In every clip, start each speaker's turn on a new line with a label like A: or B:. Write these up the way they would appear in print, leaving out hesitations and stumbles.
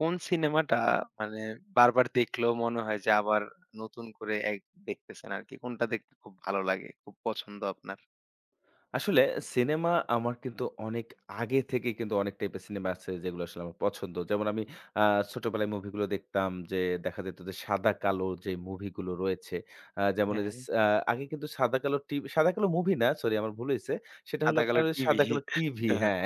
A: কোন সিনেমাটা মানে বারবার দেখলেও মনে হয় যে আবার নতুন করে এক দেখতেছেন আরকি? কোনটা দেখতে খুব ভালো লাগে? খুব পছন্দ আপনার?
B: আসলে সিনেমা আমার কিন্তু অনেক আগে থেকে কিন্তু অনেক টাইপের সিনেমা আছে যেগুলো আসলে আমার পছন্দ। যেমন আমি আ ছোটবেলায় মুভিগুলো দেখতাম যে দেখা যেত যে সাদা-কালো যে মুভিগুলো রয়েছে। যেমন ওই যে
A: হ্যাঁ,
B: স আ আগে কিন্তু সাদা-কালো মুভি না, সরি, আমার ভুল হইছে। সেটা হলো
A: সাদা কালো
B: আপনার ওই
A: টিভি।
B: সাদা-কালো টিভি,
A: হ্যাঁ, হ্যাঁ।
B: হ্যাঁ,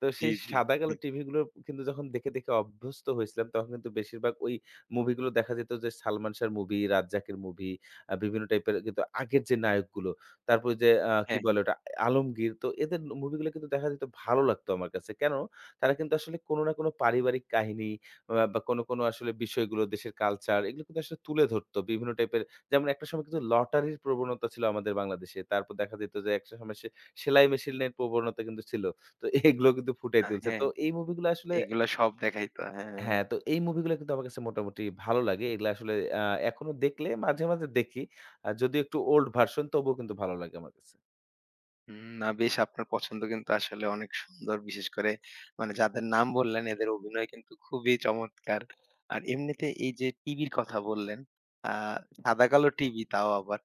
B: তো
A: জি,
B: সেই
A: জি।
B: সাদা-কালো টিভিগুলো কিন্তু যখন দেখে, দেখে অভ্যস্ত হয়েছিলাম তখন কিন্তু বেশিরভাগ ওই মুভিগুলো দেখা যেত যে সালমান শাহর মুভি, রাজ্জাকের মুভি, বিভিন্ন টাইপের কিন্তু আগের যে নায়কগুলো, তারপরে যে কি
A: হ্যাঁ,
B: বলে
A: হ্যাঁ।
B: ওটা? 'আলমগীর', তো এদের মুভিগুলো কিন্তু দেখা যেত, ভালো লাগতো আমার কাছে। কেন? তারা কিন্তু আসলে কোনো না কোনো পারিবারিক কাহিনী বা কোনো, কোনো আসলে বিষয়গুলো দেশের কালচার এগুলো কিন্তু আসলে তুলে ধরতো বিভিন্ন টাইপের। যেমন একটা সময় কিন্তু লটারির প্রবণতা ছিল আমাদের বাংলাদেশে। তারপর দেখা যেত যে একটা সময় সেলাই মেশিনের প্রবণতা কিন্তু ছিল। তো এগুলো কিন্তু ফুটাই তুলছে।
A: হ্যাঁ,
B: তো এই মুভিগুলো আসলে,
A: এগুলা সব দেখাইতো। হ্যাঁ। হ্যাঁ।
B: হ্যাঁ, তো এই মুভিগুলো কিন্তু আমার কাছে মোটামুটি ভালো লাগে। এগুলো আসলে আ এখনো দেখলে মাঝে, মাঝে দেখি। যদিও একটু ওল্ড ভার্সন তবুও কিন্তু ভালো লাগে আমার কাছে।
A: হুম, না বেশ আপনার পছন্দ কিন্তু আসলে অনেক সুন্দর। বিশেষ করে মানে যাদের নাম বললেন এদের অভিনয় কিন্তু খুবই চমৎকার। আর এমনিতে এই যে টিভির কথা বললেন, আ সাদা-কালো টিভি তাও আবার।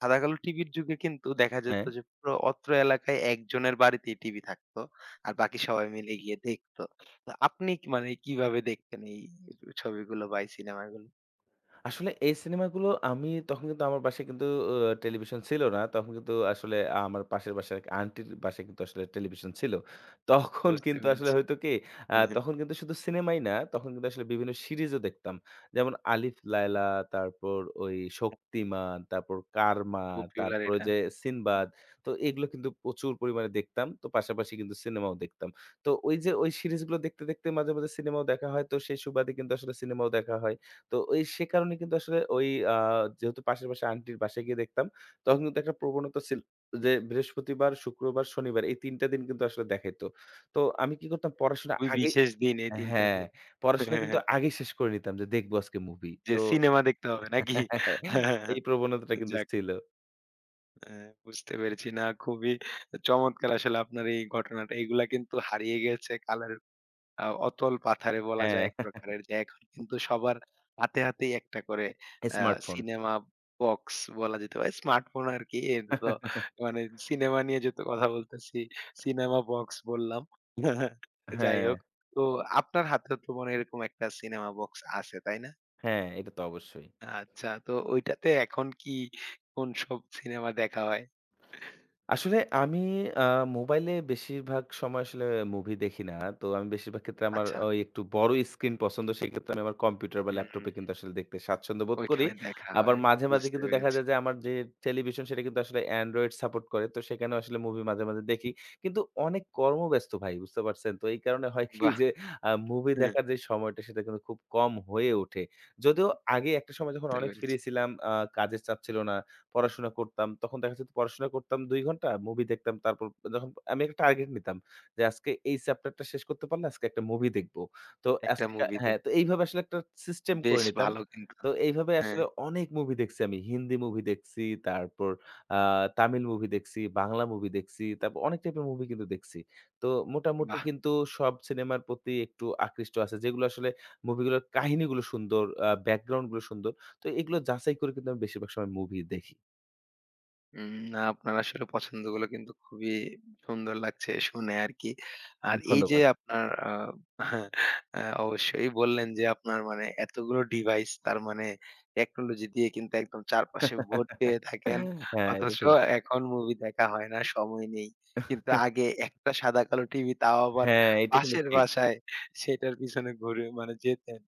A: সাদা-কালো টিভির যুগে কিন্তু দেখা যেত
B: হ্যাঁ।
A: যে পুরো অত্র এলাকায় একজনের বাড়িতেই টিভি থাকতো। আর বাকি সবাই মিলে গিয়ে দেখতো। তো আপনি কি মানে কিভাবে দেখতেন এই ছবিগুলো বা এই সিনেমাগুলো?
B: আসলে এই সিনেমাগুলো আমি তখন কিন্তু আমার বাসায় কিন্তু আ টেলিভিশন ছিল না। তখন কিন্তু আসলে আমার পাশের বাসার এক আন্টির বাসায় কিন্তু আসলে টেলিভিশন ছিল। তখন
A: বুঝতে
B: কিন্তু আসলে
A: পেরেছি।
B: হয়তো কি,
A: হু, হু।
B: তখন কিন্তু শুধু সিনেমাই না, তখন কিন্তু আসলে বিভিন্ন সিরিজও দেখতাম। যেমন 'আলিফ লায়লা', তারপর ওই 'শক্তিমান', তারপর 'কারমা',
A: পপুলার
B: তারপর ওই
A: এটা।
B: যে 'সিনবাদ', তো এগুলো কিন্তু প্রচুর পরিমাণে দেখতাম। তো পাশাপাশি কিন্তু সিনেমাও দেখতাম। তো ওই যে ওই সিরিজগুলো দেখতে, দেখতে মাঝে, মাঝে সিনেমাও দেখা হয়। তো সেই সুবাদে কিন্তু আসলে সিনেমাও দেখা হয়। তো ওই সে কারণে কিন্তু আসলে ওই, আ যেহেতু পাশের বাসার আন্টির বাসায় গিয়ে দেখতাম, তখন কিন্তু একটা প্রবণতা ছিল যে বৃহস্পতিবার, শুক্রবার, শনিবার এই ৩ টা দিন কিন্তু আসলে দেখাইতো। তো আমি কি করতাম, পড়াশোনা
A: খুবই
B: আগে,
A: বিশেষ দিন এই ৩ টা
B: হ্যাঁ,
A: দিন।
B: পড়াশোনা কিন্তু আগেই শেষ করে নিতাম যে দেখব আজকে মুভি।
A: যে
B: তো
A: সিনেমা দেখতে হবে নাকি? হ্যাঁ,
B: এই
A: হ্যাঁ,
B: প্রবণতাটা কিন্তু
A: যাক
B: ছিল।
A: আ বুঝতে পেরেছি। না খুবই চমৎকার আসলে আপনার এই ঘটনাটা। এগুলা কিন্তু হারিয়ে গেছে কালের অতল পাথারে বলা
B: হ্যাঁ,
A: যায় এক প্রকারের যে এখন কিন্তু সবার হাতে, হাতেই একটা করে আ
B: স্মার্টফোন।
A: সিনেমা বক্স বলা যেতে পারে। স্মার্টফোন আরকি। এর তো মানে সিনেমা নিয়ে যেহেতু কথা বলতেছি, সিনেমা বক্স বললাম। যাই
B: হ্যাঁ,
A: হোক। তো আপনার হাতেও তো মনে হয় এরকম একটা সিনেমা বক্স আছে, তাই না?
B: হ্যাঁ, এটা তো অবশ্যই।
A: আচ্ছা, তো ওইটাতে এখন কি কোন সব সিনেমা দেখা হয়?
B: আসলে আমি আ মোবাইলে বেশিরভাগ সময় আসলে মুভি দেখি না। তো আমি বেশিরভাগ ক্ষেত্রে আমার
A: আচ্ছা,
B: ওই একটু বড় স্ক্রিন পছন্দ। সেক্ষেত্রে আমি আমার কম্পিউটার বা
A: হুম, হুম,
B: ল্যাপটপে কিন্তু আসলে দেখতে স্বাচ্ছন্দ্য বোধ করি।
A: ওইখানে দেখা
B: আবার
A: হয়।
B: মাঝে, মাঝে
A: বুঝতে
B: কিন্তু দেখা
A: পেরেছি।
B: যায় যে আমার যে টেলিভিশন সেটা কিন্তু আসলে Android সাপোর্ট করে। তো সেখানেও আসলে মুভি মাঝে, মাঝে দেখি। কিন্তু অনেক কর্মব্যস্ত ভাই, বুঝতে পারছেন? তো এই কারণে হয় কি
A: বাহ!
B: যে আ মুভি
A: হুম,
B: দেখার যে সময়টা সেটা কিন্তু খুব কম হয়ে ওঠে। যদিও আগে একটা সময় যখন
A: বুঝতে
B: অনেক ফ্রি
A: পেরেছি।
B: ছিলাম, আ কাজের চাপ ছিল না। পড়াশোনা করতাম। তখন দেখা যেত পড়াশোনা করতাম ২ ঘন্টা, মুভি দেখতাম। তারপর যখন আমি একটা টার্গেট নিতাম যে আজকে এই চ্যাপ্টারটা শেষ করতে পারলে আজকে একটা মুভি দেখব। তো
A: একটা
B: আজকে কা
A: মুভি
B: হ্যাঁ,
A: দেখ
B: তো এইভাবে আসলে একটা সিস্টেম করে
A: বেশ
B: নিতাম।
A: ভালো কিন্তু।
B: তো এইভাবে
A: হ্যাঁ,
B: আসলে অনেক মুভি দেখছি আমি। হিন্দি মুভি দেখছি, তারপর আ তামিল মুভি দেখছি, বাংলা মুভি দেখছি। তারপর অনেক টাইপের মুভি কিন্তু দেখছি। তো মোটামুটি
A: বাহ!
B: কিন্তু সব সিনেমার প্রতি একটু আকৃষ্ট আছে। যেগুলো আসলে মুভিগুলোর কাহিনীগুলো সুন্দর, ব্যাকগ্রাউন্ড গুলো সুন্দর। তো এগুলো যাচাই করে কিন্তু আমি বেশিরভাগ সময় মুভি দেখি।
A: উম না আপনার আসলে পছন্দগুলো কিন্তু খুবই সুন্দর লাগছে শুনে আরকি। আর এই যে
B: ধন্যবাদ।
A: আপনার হ্যাঁ, অবশ্যই বললেন যে আপনার মানে এতগুলো ডিভাইস তার মানে টেকনোলজি দিয়ে কিন্তু একদম চারপাশে ভর্তি হয়ে থাকেন।
B: হ্যাঁ, এটা
A: অথচ
B: ঠিক।
A: এখন মুভি দেখা হয় না, সময় নেই। কিন্তু আগে একটা সাদা কালো টিভি তাও আবার
B: হ্যাঁ, এটা কিন্তু
A: পাশের
B: ঠিক।
A: বাসায় সেটার পিছনে ঘুরে মানে যেতেন।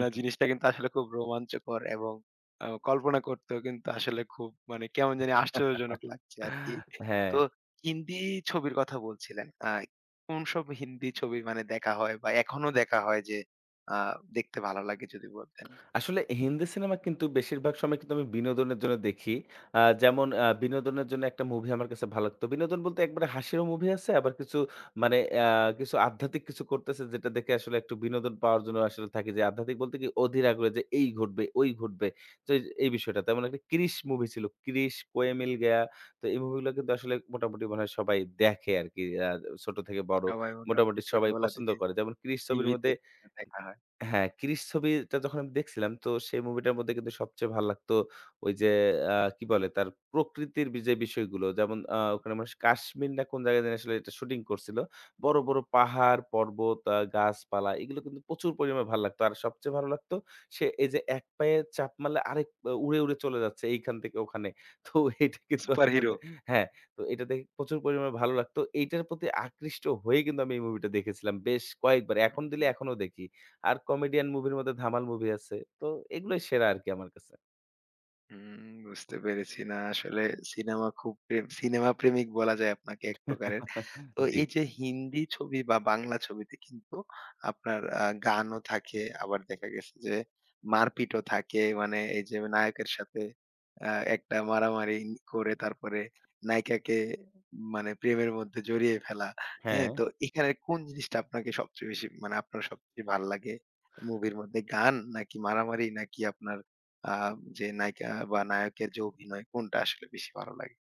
A: না জিনিসটা কিন্তু আসলে খুব রোমাঞ্চকর এবং কল্পনা করতেও কিন্তু আসলে খুব মানে কেমন জানি আশ্চর্যজনক লাগছে আরকি।
B: হ্যাঁ।
A: তো হিন্দি ছবির কথা বলছিলেন। কোন সব হিন্দি ছবি মানে দেখা হয় বা এখনো দেখা হয় যে আ দেখতে ভালো লাগে যদি বলতেন?
B: আসলে হিন্দি সিনেমা কিন্তু বেশিরভাগ সময় কিন্তু আমি বিনোদনের জন্য দেখি। যেমন বিনোদনের জন্য একটা মুভি আমার কাছে ভালো লাগতো। বিনোদন বলতে একবারে হাসিরও মুভি আছে, আবার কিছু মানে কিছু আধ্যাত্মিক কিছু করতেছে যেটা দেখে আসলে একটু বিনোদন পাওয়ার জন্য আসলে থাকি, যে আধ্যাত্মিক বলতে কি, অধীর আগ্রহে যে এই ঘটবে, ওই ঘটবে। তো এই এই বিষয়টা। তেমন একটা 'ক্রিশ' মুভি ছিল। 'ক্রিশ', 'কোয়ে মিল গয়া', তো এই মুভিগুলো কিন্তু আসলে মোটামুটি মনে হয় সবাই দেখে আরকি। ছোট থেকে বড়
A: সবার
B: মোটামুটি
A: মোটামুটি
B: সবাই
A: ছোটবেলা
B: পছন্দ
A: থেকে
B: করে। যেমন 'ক্রিশ' ছবির
A: টিভিতে
B: মধ্যে,
A: দেখা হয়।
B: হ্যাঁ, 'ক্রিশ' ছবিটা যখন আমি দেখছিলাম, তো সেই মুভিটার মধ্যে কিন্তু সবচেয়ে ভাল লাগতো ওই যে কি বলে তার প্রকৃতির যে বিষয়গুলো, যেমন ওখানে মনে হয় কাশ্মীর না কোন জায়গায় জানি আসলে এটা শুটিং করছিল। বড়, বড় পাহাড়, পর্বত, গাছপালা এগুলো কিন্তু প্রচুর পরিমাণে ভাল লাগতো। আর সবচেয়ে ভালো লাগতো সে এই যে এক পায়ে চাপ মারলে আরেক, উড়ে, উড়ে চলে যাচ্ছে এইখান থেকে ওখানে। তো এটা কিন্তু আসলে
A: সুপারহিরো।
B: হ্যাঁ, তো এটা দেখে প্রচুর পরিমাণে ভালো লাগতো। এইটার প্রতি আকৃষ্ট হয়ে কিন্তু আমি এই মুভিটা দেখেছিলাম বেশ কয়েকবার। এখন দিলে এখনো দেখি। আর কমেডিয়ান মুভির মধ্যে ধামাল মুভি আছে। তো এগুলোই সেরা আরকি আমার কাছে।
A: হুম, বুঝতে পেরেছি। না আসলে সিনেমা খুব প্রেম সিনেমা প্রেমিক বলা যায় আপনাকে এক প্রকারের। তো
B: জি,
A: এই যে হিন্দি ছবি বা বাংলা ছবিতে কিন্তু আপনার গানও থাকে, আবার দেখা গেছে যে মারপিটও থাকে। মানে এই যে নায়কের সাথে আ একটা মারামারি করে তারপরে নায়িকাকে মানে প্রেমের মধ্যে জড়িয়ে ফেলা।
B: হ্যাঁ।
A: হ্যাঁ? তো এখানে কোন জিনিসটা আপনাকে সবচেয়ে বেশি মানে আপনার সবচেয়ে ভাল লাগে মুভির মধ্যে? গান নাকি মারামারি নাকি আপনার আ যে নায়িকা বা নায়কের যে অভিনয় কোনটা আসলে বেশি ভালো লাগে?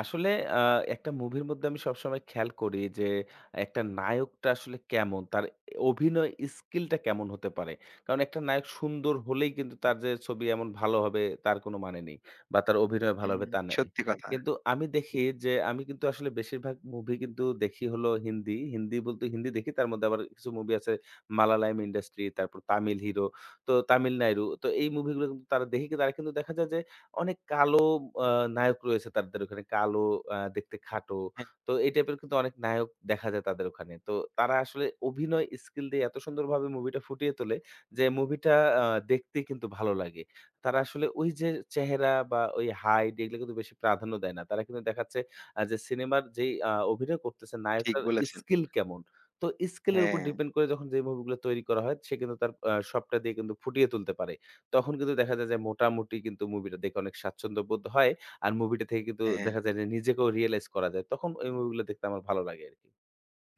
B: আসলে আ একটা মুভির মধ্যে আমি সবসময় খেয়াল করি যে, একটা নায়কটা আসলে কেমন? তার অভিনয় স্কিলটা কেমন হতে পারে? কারণ একটা নায়ক সুন্দর হলেই কিন্তু তার যে ছবি এমন ভালো হবে তার কোনো মানে নেই। বা তার অভিনয় ভালো
A: হুম,
B: হবে তা নাই।
A: সত্যি কথা।
B: কিন্তু আমি দেখি যে আমি কিন্তু আসলে বেশিরভাগ মুভি কিন্তু দেখি হলো হিন্দি। হিন্দি বলতে হিন্দি দেখি, তার মধ্যে আবার কিছু মুভি আছে মালালায়াম ইন্ডাস্ট্রি, তারপর তামিল হিরো, তো তামিল নায়রু। তো এই মুভিগুলো কিন্তু তারা দেখি, তারা কিন্তু দেখা যায় যে অনেক কালো আ নায়ক রয়েছে তাদের ওখানে। কালো, দেখতে খাটো।
A: হ্যাঁ,
B: তো এই টাইপের কিন্তু অনেক নায়ক দেখা যায় তাদের ওখানে। তো তারা আসলে অভিনয় স্কিল দিয়ে এত সুন্দরভাবে মুভিটা ফুটিয়ে তোলে যে মুভিটা আ দেখতে কিন্তু ভালো লাগে। তারা আসলে ওই যে চেহারা বা ওই হাইট এগুলো কিন্তু বেশি প্রাধান্য দেয় না। তারা কিন্তু দেখাচ্ছে যে সিনেমার যেই অভিনয় করতেছে
A: ঠিক
B: নায়কটার
A: বলেছেন।
B: স্কিল কেমন? তো স্কিলের উপর
A: হ্যাঁ।
B: ডিপেন্ড করে যখন যে মুভিগুলো তৈরি করা হয় সে কিন্তু তার সবটা দিয়ে কিন্তু ফুটিয়ে তুলতে পারে। তখন কিন্তু দেখা যায় যে মোটামুটি কিন্তু মুভিটা দেখে অনেক স্বাচ্ছন্দ্য বোধ হয়। আর মুভিটা থেকে কিন্তু
A: হ্যাঁ,
B: দেখা যায় যে নিজেকেও রিয়ালাইজ করা যায়। তখন ওই মুভিগুলো দেখতে আমার ভালো লাগে আরকি।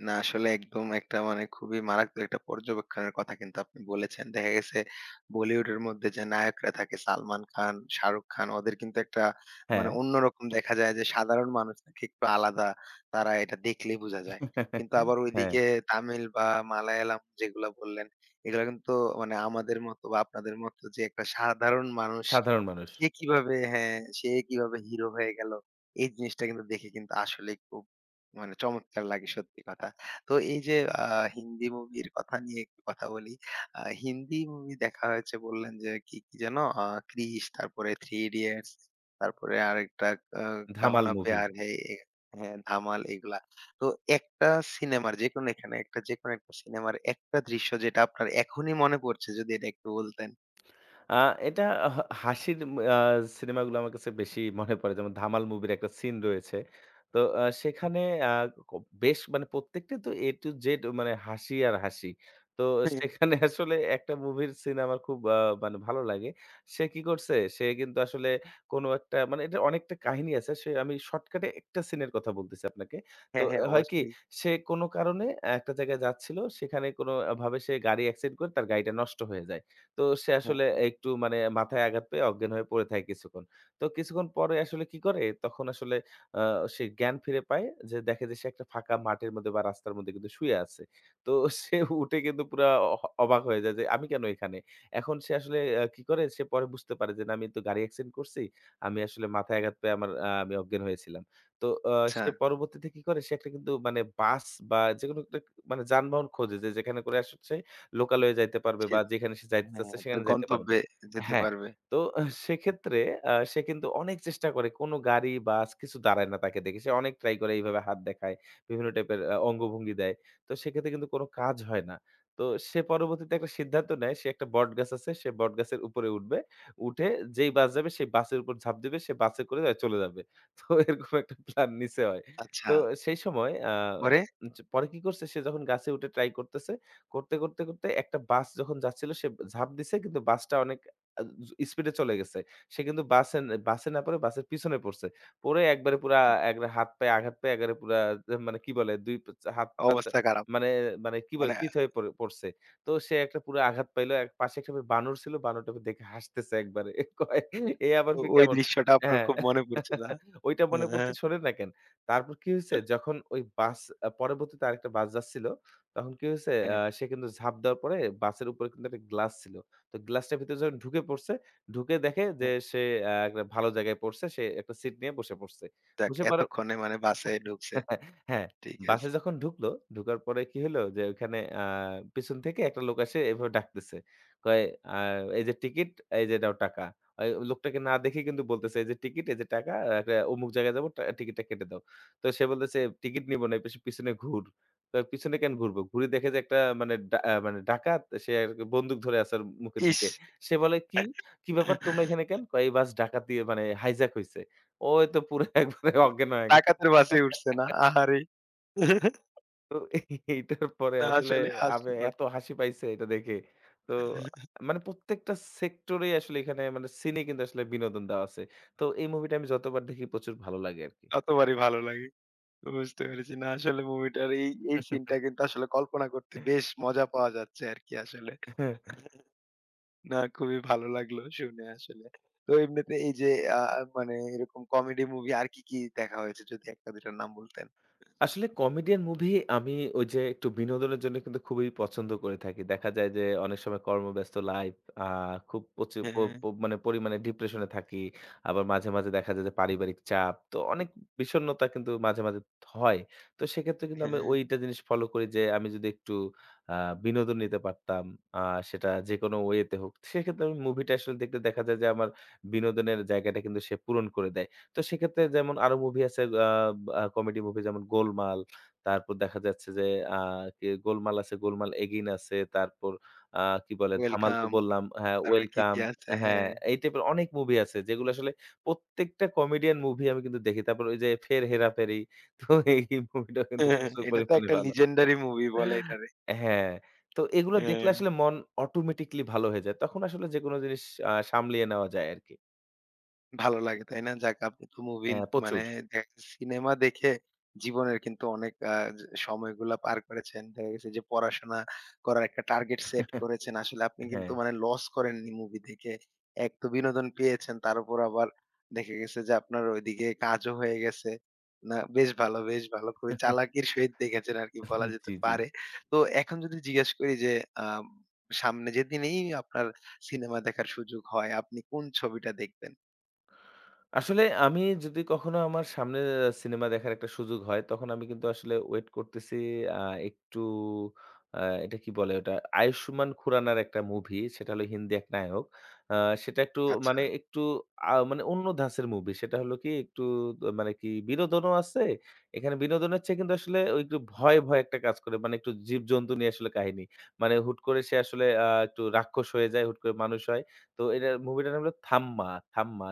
A: না আসলে একদম একটা মানে খুবই মারাত্মক একটা পর্যবেক্ষণের কথা কিন্তু আপনি বলেছেন। দেখা গেছে বলিউডের মধ্যে যে নায়করা থাকে সালমান খান, শাহরুখ খান ওদের কিন্তু একটা মানে
B: হ্যাঁ।
A: অন্যরকম দেখা যায় যে সাধারণ মানুষ থেকে একটু আলাদা। তারা এটা দেখলেই বোঝা যায়। কিন্তু আবার
B: হ্যাঁ,
A: ওইদিকে তামিল বা মালায়ালাম যেগুলা বললেন, এগুলা কিন্তু মানে আমাদের মতো বা আপনাদের মতো যে একটা সাধারণ মানুষ
B: সাধারণ মানুষ।
A: সে কিভাবে হ্যাঁ, সে কিভাবে হিরো হয়ে গেল? এই জিনিসটা কিন্তু দেখে কিন্তু আসলেই খুব মানে চমৎকার লাগে সত্যি কথা। তো এই যে আ হিন্দি মুভির কথা নিয়ে একটু কথা বলি। হিন্দি মুভি দেখা হয়েছে বললেন যে কি, কি যেন? আ 'ক্রিস' তারপরে 'থ্রি ইডিয়টস' তারপরে আরেকটা আ 'কাহো
B: ধামাল
A: না
B: মুভি।
A: প্যার হ্যায়' এ হ্যাঁ, 'ধামাল' এগুলা। তো একটা সিনেমার যেকোনো এখানে একটা যেকোনো একটা সিনেমার একটা দৃশ্য যেটা আপনার এখনই মনে পড়ছে যদি এটা একটু বলতেন?
B: আ এটা হাসির আ সিনেমাগুলো আমার কাছে বেশি মনে পড়ে। যেমন 'ধামাল' মুভির একটা সিন রয়েছে। তো সেখানে আ ক বেশ মানে প্রত্যেকটাই তো A to Z মানে হাসি আর হাসি। তো সেখানে আসলে একটা মুভির সিন আমার খুব মানে ভালো লাগে। সে কি করছে? সে কিন্তু আসলে কোনো একটা, মানে এটার অনেকটা কাহিনী আছে। সে, আমি শর্টকাটে একটা সিনের কথা বলতেছি আপনাকে। তো
A: হ্যাঁ, হ্যাঁ,
B: হয় কি?
A: অবশ্যই।
B: সে কোনো কারণে একটা জায়গায় যাচ্ছিল। সেখানে কোনোভাবে সে গাড়ি অ্যাক্সিডেন্ট করে তার গাড়িটা নষ্ট হয়ে যায়। তো সে
A: হ্যাঁ,
B: আসলে
A: হ্যাঁ।
B: একটু মানে মাথায় আঘাত পেয়ে অজ্ঞান হয়ে পড়ে থাকে কিছুক্ষণ। তো কিছুক্ষণ পরে আসলে কি করে তখন আসলে আ সে জ্ঞান ফিরে পায়, যে দেখে যে সে একটা ফাঁকা মাঠের মধ্যে বা রাস্তার মধ্যে কিন্তু শুয়ে আছে। তো সে উঠে কিন্তু পুরা অবাক হয়ে যায় যে আমি কেন এখানে? এখন সে আসলে কি করে সে পরে বুঝতে পারে যে না, আমি তো গাড়ি অ্যাক্সিডেন্ট করছি। আমি আসলে মাথায় আঘাত পেয়ে আমার আ আমি অজ্ঞান হয়েছিলাম। তো
A: আচ্ছা,
B: সে পরবর্তীতে কি করে, সে একটা কিন্তু মানে বাস বা যেকোনো একটা মানে যানবাহন খোঁজে, যে যেখানে করে আসছে লোকালয়ে যাইতে পারবে
A: সে
B: বা যেখানে সে যাইতে চাচ্ছে
A: হ্যাঁ, তার
B: সেখানে যাইতে পারবে।
A: গন্তব্যে যেতে
B: হ্যাঁ,
A: পারবে।
B: তো সেক্ষেত্রে সে কিন্তু অনেক চেষ্টা করে, কোন গাড়ি, বাস কিছু দাঁড়ায় না তাকে দেখে। সে অনেক ট্রাই করে এইভাবে হাত দেখায়, বিভিন্ন টাইপের অঙ্গভঙ্গি দেয়। তো সেক্ষেত্রে কিন্তু কোন কাজ হয় না। তো সে পরবর্তীতে একটা সিদ্ধান্ত নেয়, সে একটা বটগাছ আছে, সে বটগাছের উপরে উঠবে। উঠে যেই বাস যাবে সেই বাসের উপর ঝাঁপ দিবে, সে বাসে করে চলে যাবে। তো এরকম একটা প্ল্যান নিছে হয়।
A: আচ্ছা,
B: তো সেই সময়
A: পরে?
B: পরে কি করছে, সে যখন গাছে উঠে ট্রাই করতেছে, করতে, করতে, করতে একটা বাস যখন যাচ্ছিল সে ঝাঁপ দিছে কিন্তু বাসটা অনেক আ স্পিড এ চলে গেছে। সে কিন্তু বাসে বাসে না পড়ে বাসের পিছনে পড়ছে। পড়ে একবারে পুরা, একবারে হাত পায়ে আঘাত পেয়ে একেবারে পুরা, মানে কি বলে, ২ হাত পা
A: অবস্থা খারাপ।
B: মানে, মানে কি বলে
A: মানে
B: চিত হয়ে পড়ে পড়ছে। তো সে একটা পুরো আঘাত পাইল। পাশে একটা বানর ছিল। বানরটাকে দেখে হাসতেছে একবারে। কয়, এ আবার
A: তো
B: ফির
A: ওই
B: কেমন?
A: দৃশ্যটা আপনার
B: হ্যাঁ।
A: খুব মনে পড়ছে না?
B: ওইটা মনে
A: হ্যাঁ,
B: পড়ছে
A: হ্যাঁ,
B: শোনেন না কেন? তারপর কি হইছে, যখন ওই বাস, পরবর্তীতে আরেকটা বাস যাচ্ছিল তখন কি হইছে?
A: হ্যাঁ,
B: সে কিন্তু ঝাঁপ দেওয়ার পরে বাসের উপরে কিন্তু একটা গ্লাস ছিল। তো গ্লাসটার ভিতরে যখন ঢুকে পড়ছে, ঢুকে দেখে যে
A: হ্যাঁ।
B: সে একটা ভালো জায়গায় পড়ছে। সে একটা সিট নিয়ে বসে পড়ছে।
A: যাক
B: বসে পড়ার,
A: এতক্ষণে মানে বাসায় ঢুকছে।
B: হ্যাঁ,
A: ঠিক
B: বাসে
A: আছে।
B: যখন ঢুকলো, ঢুকার পরে কি হলো, যে ওখানে পিছন থেকে একটা লোক এসে এভাবে ডাকতেছে। কয় আ "এই যে টিকিট, এই যে দাও টাকা।" এই লোকটাকে না দেখে কিন্তু বলতেছে, "এই যে টিকিট, এই যে টাকা, একটা অমুক জায়গায় যাবো, টিকিটটা কেটে দাও।" তো সে বলতেছে, "টিকিট নিবো না, এই পিছনে ঘুর।" তো "পিছনে কেন ঘুরবো?" ঘুরে দেখে যে একটা মানে ডা আ মানে ডাকাত, সে আরকি বন্দুক ধরে আছে ওর মুখের
A: ইস!
B: দিকে। সে বলে, "কি? কি ব্যাপার, তোমরা এখানে কেন?" কয়, "এই বাস ডাকাতি মানে হাইজ্যাক হইছে।" ওই তো পুরা একবারে অজ্ঞান হয়ে গেছে।
A: ডাকাতের বাসে উঠছে না। আহারে!
B: তো এইটার পরে
A: না
B: আসলে
A: আসলে
B: আমি
A: হাস্যকর।
B: এত হাসি পাইছে এটা দেখে। তো মানে প্রত্যেকটা সেক্টরেই আসলে এখানে মানে সিনে কিন্তু আসলে বিনোদন দেওয়া আছে। তো এই মুভিটা আমি যতবার দেখি প্রচুর ভালো লাগে আরকি।
A: কতবারই ভালো লাগে। বুঝতে পেরেছি। না আসলে মুভিটার এই, এই সিনটা কিন্তু আসলে কল্পনা করতে বেশ মজা পাওয়া যাচ্ছে আরকি আসলে। না খুবই ভালো লাগলো শুনে আসলে। তো এমনিতে এই যে আ মানে এরকম কমেডি মুভি আর কি, কি দেখা হয়েছে? যদি ১ টা ২ টার নাম বলতেন।
B: আসলে কমেডিয়ান মুভি আমি ওই যে একটু বিনোদনের জন্য কিন্তু খুবই পছন্দ করে থাকি। দেখা যায় যে অনেক সময় কর্মব্যস্ত লাইফ, আ খুব প্রচুর প
A: হ্যাঁ,
B: প মানে পরিমাণে ডিপ্রেশনে থাকি। আবার মাঝে, মাঝে দেখা যায় যে পারিবারিক চাপ। তো অনেক বিষণ্ণতা কিন্তু মাঝে, মাঝে হয়। তো সেক্ষেত্রে কিন্তু আমি
A: হ্যাঁ।
B: ওইটা জিনিস ফলো করি যে আমি যদি একটু আ বিনোদন নিতে পারতাম, আ সেটা যেকোনো ওয়েতে হোক। সেক্ষেত্রে আমি মুভিটা আসলে দেখলে দেখা যায় যে আমার বিনোদনের জায়গাটা কিন্তু সে পূরণ করে দেয়। তো সেক্ষেত্রে যেমন আরো মুভি আছে, আ আ কমেডি মুভি যেমন 'গোলমাল', তারপর দেখা যাচ্ছে যে আ কি 'গোলমাল' আছে, 'গোলমাল এগেইন' আছে, তারপর আ কি বলে 'ধামাল' তো
A: ওয়েলকাম।
B: বললাম, হ্যাঁ,
A: তারপরে কি, কি
B: 'ওয়েলকাম',
A: আছে?
B: হ্যাঁ,
A: হ্যাঁ।
B: এই টাইপের অনেক মুভি আছে যেগুলো আসলে প্রত্যেকটা কমেডিয়ান মুভি আমি কিন্তু দেখি। তারপর ওই যে 'ফের হেরাফেরি', তো এই মুভিটাও কিন্তু প্রচুর
A: এটা তো
B: পরিমাণে
A: একটা
B: ভালো।
A: legendary movie বলে এটারে।
B: হ্যাঁ, তো এগুলো দেখলে
A: হ্যাঁ।
B: আসলে মন অটোমেটিক্যালি ভালো হয়ে যায়। তখন আসলে যেকোনো জিনিস সামলিয়ে নেওয়া যায় আরকি।
A: ভালো লাগে, তাই না? যাক আপনি তো মুভি
B: হ্যাঁ,
A: মানে
B: প্রচুর।
A: দেখা গেছে সিনেমা দেখে জীবনের কিন্তু অনেক আ য সময়গুলা পার করেছেন। দেখা গেছে যে পড়াশোনা করার একটা টার্গেট সেট করেছেন। আসলে আপনি
B: হ্যাঁ।
A: কিন্তু মানে লস করেননি মুভি দেখে। এক তো বিনোদন পেয়েছেন, তার উপর আবার দেখা গেছে যে আপনার ওইদিকে কাজও হয়ে গেছে। না বেশ ভালো, বেশ ভালো। খুবই চালাকির সহিত দেখেছেন আরকি বলা যেতে
B: জি, জি।
A: পারে। তো এখন যদি জিজ্ঞেস করি যে আম সামনে যেদিনেই আপনার সিনেমা দেখার সুযোগ হয়, আপনি কোন ছবিটা দেখবেন?
B: আসলে আমি যদি কখনো আমার সামনে সিনেমা দেখার একটা সুযোগ হয়, তখন আমি কিন্তু আসলে ওয়েট করতেছি আ একটু, আ এটা কি বলে ওটা? আয়ুষ্মান খুরানার একটা মুভি, সেটা হলো হিন্দি এক নায়ক। আ সেটা একটু
A: আচ্ছা,
B: মানে একটু মানে অন্য ধাঁচের মুভি। সেটা হলো কি একটু মানে কি বিনোদনও আছে। এখানে বিনোদনের চেয়ে কিন্তু আসলে ওই একটু ভয়, ভয় একটা কাজ করে। মানে একটু জীবজন্তু নিয়ে আসলে কাহিনী। মানে হুট করে সে আসলে একটু রাক্ষস হয়ে যায়, হুট করে মানুষ হয়। তো এটার মুভিটার নাম হলো 'থাম্মা', 'থাম্মা'।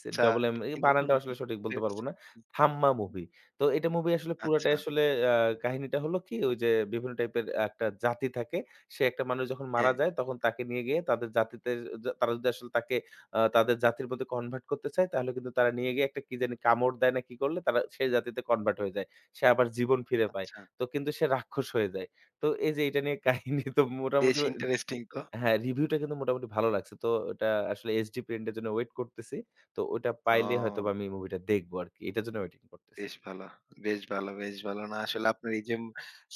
A: আচ্ছা। এটা
B: এই
A: কি নতুন
B: বানানটা আসলে সঠিক
A: বের
B: বলতে পারব
A: হয়েছে
B: না।
A: নাকি?
B: থাম্মা মুভি। তো এটা মুভি আসলে পুরাটাই
A: আচ্ছা,
B: আসলে, আ কাহিনীটা হলো কি ওই যে বিভিন্ন টাইপের একটা জাতি থাকে। সে একটা মানুষ যখন মারা
A: হ্যাঁ,
B: যায় তখন তাকে নিয়ে গিয়ে তাদের জাতিতে, যা তারা যদি আসলে তাকে তাদের জাতির প্রতি কনভার্ট করতে চায় তাহলে কিন্তু তারা নিয়ে গিয়ে একটা কি জানি কামড় দেয় না কি করলে তারা সেই জাতিতে কনভার্ট হয়ে যায়। সে আবার জীবন ফিরে পায়।
A: আচ্ছা।
B: তো কিন্তু সে রাক্ষস হয়ে যায়। তো এই যে এটা নিয়ে কাহিনী তো
A: বেশ
B: মোটামুটি,
A: ইন্টারেস্টিং তো।
B: হ্যাঁ, রিভিউটা কিন্তু মোটামুটি ভালো লাগছে। তো ওটা আসলে HD প্রিন্ট এর জন্য ওয়েট করতেছি। তো ওটা পাইলে
A: ও।
B: হয়তোবা আমি মুভিটা দেখবো আরকি। এটার জন্য ওয়েটিং করতেছি।
A: বেশ ভালো, বেশ ভালো, বেশ ভালো। না আসলে আপনার এই যে উম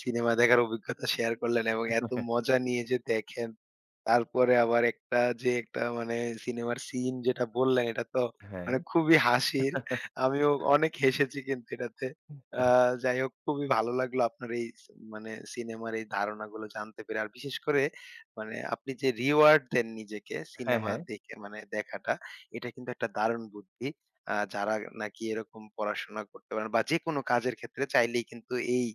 A: সিনেমা দেখার অভিজ্ঞতা শেয়ার করলেন এবং এত মজা নিয়ে যে দেখেন, তারপরে আবার একটা যে একটা মানে সিনেমার সিন যেটা বললেন এটা তো
B: হ্যাঁ।
A: মানে খুবই হাসির। আমিও অনেক হেসেছি কিন্তু এটাতে। আ যাই হোক খুবই ভালো লাগলো আপনার এই স মানে সিনেমার এই ধারণাগুলো জানতে পেরে। আর বিশেষ করে মানে আপনি যে রিওয়ার্ড দেন নিজেকে
B: হ্যাঁ,
A: সিনেমা
B: হ্যাঁ।
A: দেখে মানে দেখাটা, এটা কিন্তু একটা দারুণ বুদ্ধি। যারা নাকি এরকম পড়াশোনা করতে পারেন বা যেকোনো কাজের ক্ষেত্রে চাইলেই কিন্তু এই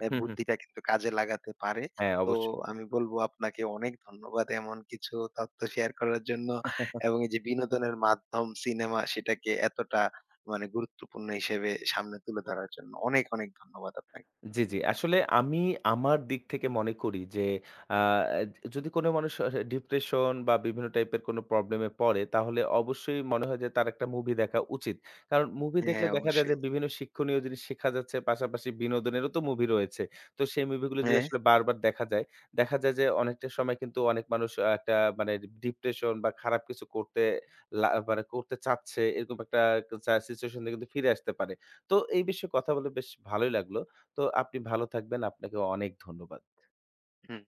B: হুম, হুম।
A: বুদ্ধিটা কিন্তু কাজে লাগাতে পারে।
B: হ্যাঁ,
A: তো
B: অবশ্যই।
A: আমি বলব আপনাকে অনেক ধন্যবাদ এমন কিছু তথ্য শেয়ার করার জন্য এবং এই যে বিনোদনের মাধ্যম সিনেমা সেটাকে এতটা মানে গুরুত্বপূর্ণ হিসেবে সামনে তুলে ধরার জন্য। অনেক, অনেক ধন্যবাদ আপনাকে।
B: জি, জি। আসলে আমি আমার দিক থেকে মনে করি যে আ যদি কোনো মানুষ ডিপ্রেশন বা বিভিন্ন টাইপের কোনো প্রবলেম এ পড়ে তাহলে অবশ্যই মনে হয় যে তার একটা মুভি দেখা উচিত। কারণ মুভি দেখলে
A: হ্যাঁ,
B: দেখা যায় যে
A: অবশ্যই।
B: বিভিন্ন শিক্ষণীয় জিনিস শেখা যাচ্ছে পাশাপাশি বিনোদনেরও তো মুভি রয়েছে। তো সেই মুভিগুলো যদি
A: হ্যাঁ,
B: আসলে বারবার দেখা যায়, দেখা যায় যে অনেকটা সময় কিন্তু অনেক মানুষ একটা মানে ডিপ্রেশন বা খারাপ কিছু করতে মানে করতে চাচ্ছে এরকম একটা সিচুয়েশন থেকে কিন্তু ফিরে আসতে পারে। তো এই বিষয়ে কথা বলে বেশ ভালোই লাগলো। তো আপনি ভালো থাকবেন। আপনাকে অনেক ধন্যবাদ।
A: হুম।